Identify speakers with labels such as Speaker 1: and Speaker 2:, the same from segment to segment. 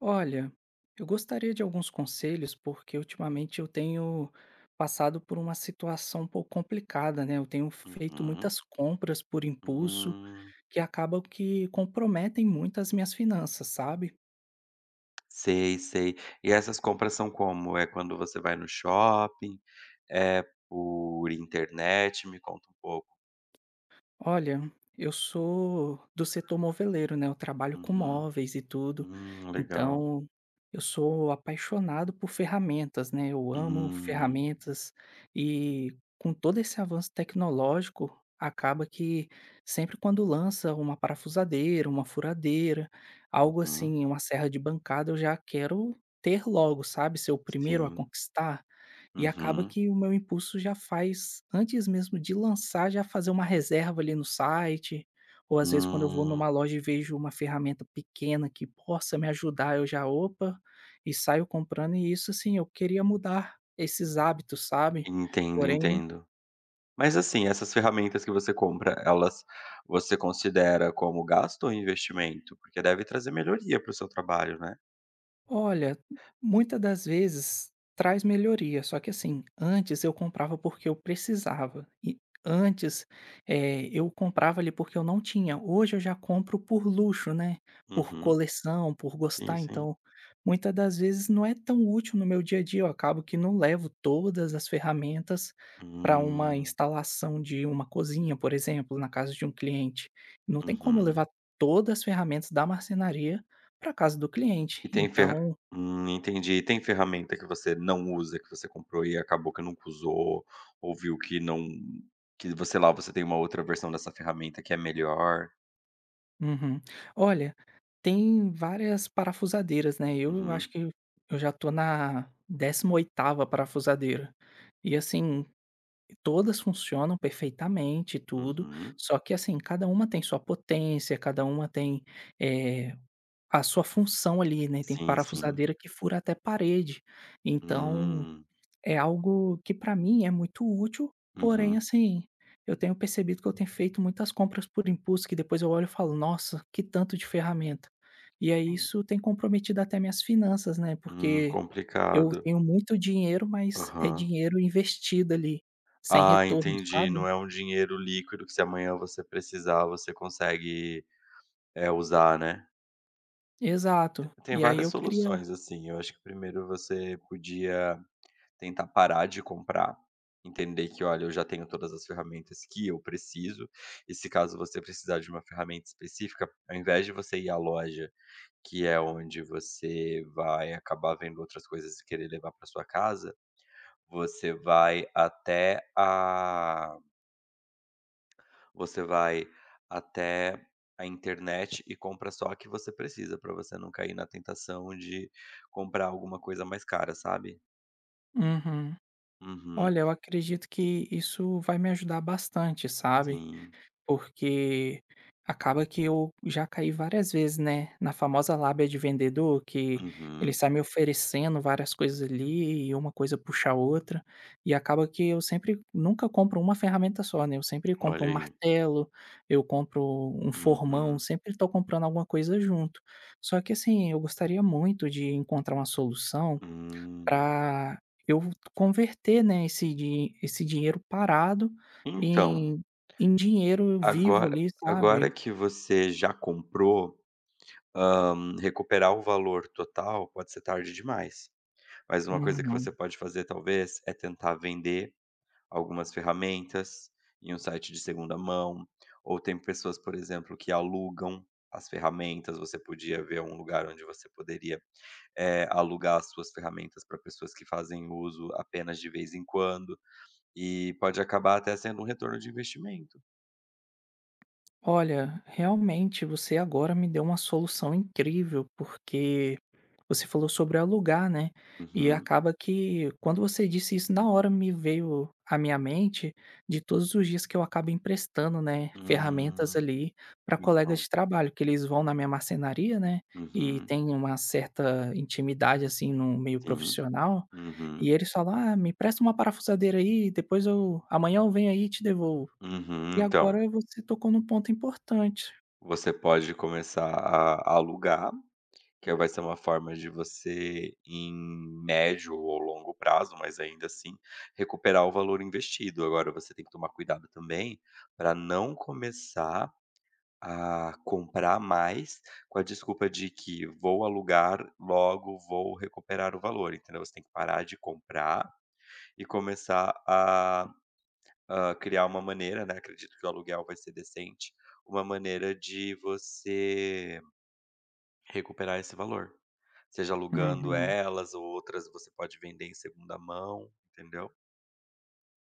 Speaker 1: Olha, eu gostaria de alguns conselhos, porque ultimamente eu tenho passado por uma situação um pouco complicada, né? Eu tenho feito
Speaker 2: Uhum.
Speaker 1: muitas compras por impulso
Speaker 2: Hum.
Speaker 1: que acabam que comprometem muito as minhas finanças, sabe?
Speaker 2: Sei, sei. E essas compras são como? É quando você vai no shopping? É por internet? Me conta um pouco.
Speaker 1: Olha, eu sou do setor moveleiro, né, eu trabalho com
Speaker 2: Uhum.
Speaker 1: móveis e tudo,
Speaker 2: Legal.
Speaker 1: então eu sou apaixonado por ferramentas, né, eu amo
Speaker 2: Hum.
Speaker 1: ferramentas e com todo esse avanço tecnológico, acaba que sempre quando lança uma parafusadeira, uma furadeira, algo
Speaker 2: Uhum.
Speaker 1: assim, uma serra de bancada, eu já quero ter logo, sabe, ser o primeiro a
Speaker 2: Sim.
Speaker 1: conquistar. E acaba
Speaker 2: Uhum.
Speaker 1: que o meu impulso já faz, antes mesmo de lançar, já fazer uma reserva ali no site, ou às vezes quando eu vou
Speaker 2: Hum.
Speaker 1: numa loja e vejo uma ferramenta pequena que possa me ajudar, eu já, opa, e saio comprando, e isso assim, eu queria mudar esses hábitos, sabe?
Speaker 2: Entendo,
Speaker 1: Porém,
Speaker 2: entendo. Mas assim, essas ferramentas que você compra, elas você considera como gasto ou investimento? Porque deve trazer melhoria para o seu trabalho, né?
Speaker 1: olha, muitas das vezes traz melhoria, só que assim, antes eu comprava porque eu precisava. E antes eu comprava ali porque eu não tinha. Hoje eu já compro por luxo, né? Por
Speaker 2: Uhum.
Speaker 1: coleção, por
Speaker 2: Sim,
Speaker 1: gostar.
Speaker 2: sim.
Speaker 1: Então, muitas das vezes não é tão útil no meu dia a dia. Eu acabo que não levo todas as ferramentas para uma
Speaker 2: Hum.
Speaker 1: instalação de uma cozinha, por exemplo, na casa de um cliente. Não tem como eu
Speaker 2: Uhum.
Speaker 1: levar todas as ferramentas da marcenaria para casa do cliente.
Speaker 2: E tem fer
Speaker 1: Então,
Speaker 2: Hum, entendi. E tem ferramenta que você não usa, que você comprou e acabou que nunca usou, ou viu que não que você lá, você tem uma outra versão dessa ferramenta que é melhor?
Speaker 1: uhum, olha, tem várias parafusadeiras, né, eu acho
Speaker 2: Uhum,
Speaker 1: que eu já tô na décima oitava parafusadeira. E, assim, todas funcionam perfeitamente e tudo,
Speaker 2: uhum.
Speaker 1: só que, assim, cada uma tem sua potência, cada uma tem, eh, a sua função ali, né, tem
Speaker 2: Sim, sim.
Speaker 1: parafusadeira que fura até parede. Então
Speaker 2: Hum,
Speaker 1: é algo que para mim é muito útil, porém,
Speaker 2: uhum.
Speaker 1: assim, eu tenho percebido que eu tenho feito muitas compras por impulso que depois eu olho e falo: "Nossa, que tanto de ferramenta". E aí isso tem comprometido até minhas finanças, né, porque eu
Speaker 2: Complicado.
Speaker 1: tenho muito dinheiro, mas é
Speaker 2: Aham.
Speaker 1: dinheiro investido ali, sem
Speaker 2: Ah,
Speaker 1: retorno,
Speaker 2: entendi.
Speaker 1: sabe?
Speaker 2: Não é um dinheiro líquido que se amanhã você precisar, você consegue, usar, né.
Speaker 1: Exato.
Speaker 2: Tem
Speaker 1: E aí
Speaker 2: várias
Speaker 1: eu queria
Speaker 2: soluções, assim. Eu acho que primeiro você podia tentar parar de comprar, entender que: "Olha, eu já tenho todas as ferramentas que eu preciso", e se caso você precisar de uma ferramenta específica, ao invés de você ir à loja, que é onde você vai acabar vendo outras coisas e querer levar para sua casa, você vai até a você vai até a internet e compra só o que você precisa, para você não cair na tentação de comprar alguma coisa mais cara, sabe?
Speaker 1: uhum.
Speaker 2: Uhum.
Speaker 1: Olha, eu acredito que isso vai me ajudar bastante, sabe?
Speaker 2: Sim.
Speaker 1: Porque acaba que eu já caí várias vezes, né, na famosa lábia de vendedor que ele
Speaker 2: Uhum.
Speaker 1: sai me oferecendo várias coisas ali e uma coisa puxa a outra, e acaba que eu sempre nunca compro uma ferramenta só, né, eu sempre compro um
Speaker 2: Olha aí.
Speaker 1: martelo, eu compro um formão,
Speaker 2: Uhum.
Speaker 1: sempre estou comprando alguma coisa junto. Só que assim, eu gostaria muito de encontrar uma solução
Speaker 2: Hum.
Speaker 1: para eu converter, né, esse dinheiro parado
Speaker 2: Então,
Speaker 1: em em dinheiro vivo
Speaker 2: agora
Speaker 1: ali,
Speaker 2: agora
Speaker 1: sabe?
Speaker 2: que você já comprou, recuperar o valor total pode ser tarde demais. Mas uma coisa que você
Speaker 1: Uhum.
Speaker 2: pode fazer, talvez, é tentar vender algumas ferramentas em um site de segunda mão, ou tem pessoas, por exemplo, que alugam as ferramentas. Você podia ver um lugar onde você poderia, alugar as suas ferramentas para pessoas que fazem uso apenas de vez em quando. E pode acabar até sendo um retorno de investimento.
Speaker 1: Olha, realmente você agora me deu uma solução incrível, porque você falou sobre alugar, né? E
Speaker 2: Uhum.
Speaker 1: acaba que quando você disse isso, na hora me veio à minha mente de todos os dias que eu acabo emprestando, né, ferramentas
Speaker 2: Hum,
Speaker 1: ali para colegas
Speaker 2: então.
Speaker 1: de trabalho, que eles vão na minha marcenaria, né? E
Speaker 2: Uhum.
Speaker 1: tem uma certa intimidade assim no meio
Speaker 2: Sim.
Speaker 1: profissional, e
Speaker 2: Uhum.
Speaker 1: eles falam: "Ah, me empresta uma parafusadeira aí, depois eu amanhã eu venho aí e te devolvo". E
Speaker 2: Uhum. Então,
Speaker 1: agora você tocou num ponto importante.
Speaker 2: você pode começar a alugar, que vai ser uma forma de você, em médio ou longo prazo, mas ainda assim, recuperar o valor investido. Agora você tem que tomar cuidado também, para não começar a comprar mais, com a desculpa de que vou alugar, logo vou recuperar o valor, entendeu? Você tem que parar de comprar e começar a criar uma maneira, né, acredito que o aluguel vai ser decente, uma maneira de você recuperar esse valor. Seja alugando
Speaker 1: Uhum.
Speaker 2: elas ou outras você pode vender em segunda mão, entendeu?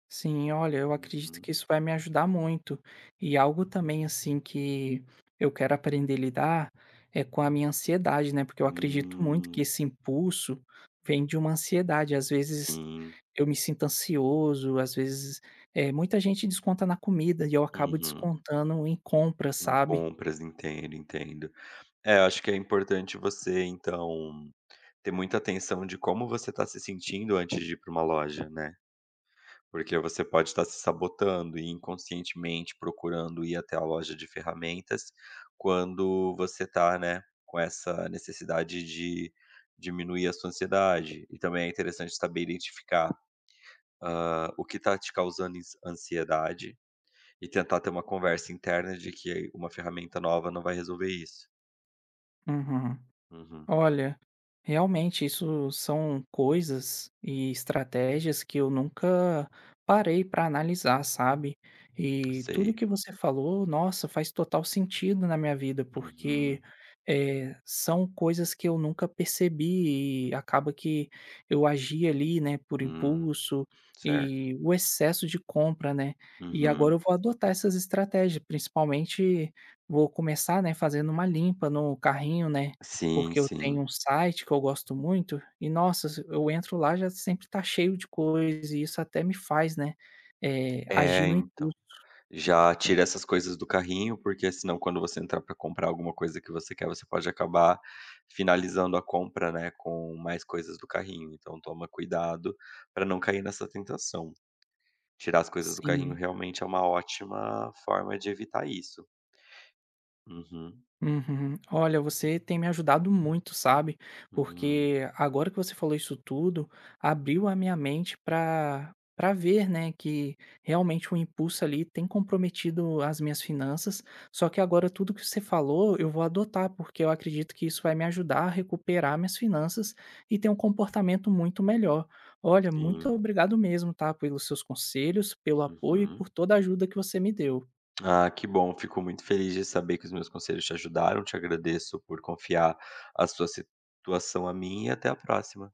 Speaker 1: Sim, olha, eu acredito que
Speaker 2: Uhum.
Speaker 1: isso vai me ajudar muito. E algo também, assim, que eu quero aprender a lidar é com a minha ansiedade, né? Porque eu acredito muito que
Speaker 2: Hum,
Speaker 1: esse impulso vem de uma ansiedade. Às vezes
Speaker 2: sim.
Speaker 1: eu me sinto ansioso, às vezes é, muita gente desconta na comida e eu acabo
Speaker 2: Uhum.
Speaker 1: descontando em compras,
Speaker 2: Em
Speaker 1: sabe?
Speaker 2: compras, entendo, entendo. É, eu acho que é importante você, então, ter muita atenção de como você está se sentindo antes de ir para uma loja, né. Porque você pode estar se sabotando e inconscientemente procurando ir até a loja de ferramentas, quando você está, né, com essa necessidade de diminuir a sua ansiedade. E também é interessante saber identificar, o que está te causando ins ansiedade e tentar ter uma conversa interna de que uma ferramenta nova não vai resolver isso.
Speaker 1: Uhum.
Speaker 2: Uhum,
Speaker 1: Olha, realmente isso são coisas e estratégias que eu nunca parei para analisar, sabe? E tudo
Speaker 2: sei.
Speaker 1: que você falou, nossa, faz total sentido na minha vida, porque
Speaker 2: Uhum.
Speaker 1: são coisas que eu nunca percebi e acaba que eu agi ali, né, por
Speaker 2: Hum,
Speaker 1: impulso
Speaker 2: certo.
Speaker 1: e o excesso de compra, né? E agora eu
Speaker 2: Uhum.
Speaker 1: vou adotar essas estratégias, principalmente vou começar, né, fazendo uma limpa no carrinho, né?
Speaker 2: Sim,
Speaker 1: Porque eu tenho
Speaker 2: sim.
Speaker 1: um site que eu gosto muito e, nossa, se eu entro lá já sempre tá cheio de coisa e isso até me faz, né, agir
Speaker 2: É,
Speaker 1: no
Speaker 2: então.
Speaker 1: impulso.
Speaker 2: Já tira essas coisas do carrinho, porque senão quando você entrar para comprar alguma coisa que você quer, você pode acabar finalizando a compra, né, com mais coisas do carrinho. Então toma cuidado para não cair nessa tentação. Tirar as coisas do carrinho
Speaker 1: Sim.
Speaker 2: realmente é uma ótima forma de evitar isso. Uhum.
Speaker 1: Uhum. Olha, você tem me ajudado muito, sabe?
Speaker 2: Hum,
Speaker 1: Porque agora que você falou isso tudo, abriu a minha mente para ver, né, que realmente o impulso ali tem comprometido as minhas finanças. Só que agora tudo que você falou, eu vou adotar, porque eu acredito que isso vai me ajudar a recuperar minhas finanças e ter um comportamento muito melhor. Olha, muito
Speaker 2: sim.
Speaker 1: obrigado mesmo, tá, pelos seus conselhos, pelo apoio e
Speaker 2: Uhum.
Speaker 1: por toda a ajuda que você me deu.
Speaker 2: Ah, que bom. Fico muito feliz de saber que os meus conselhos te ajudaram. Te agradeço por confiar a sua situação a mim e até a próxima.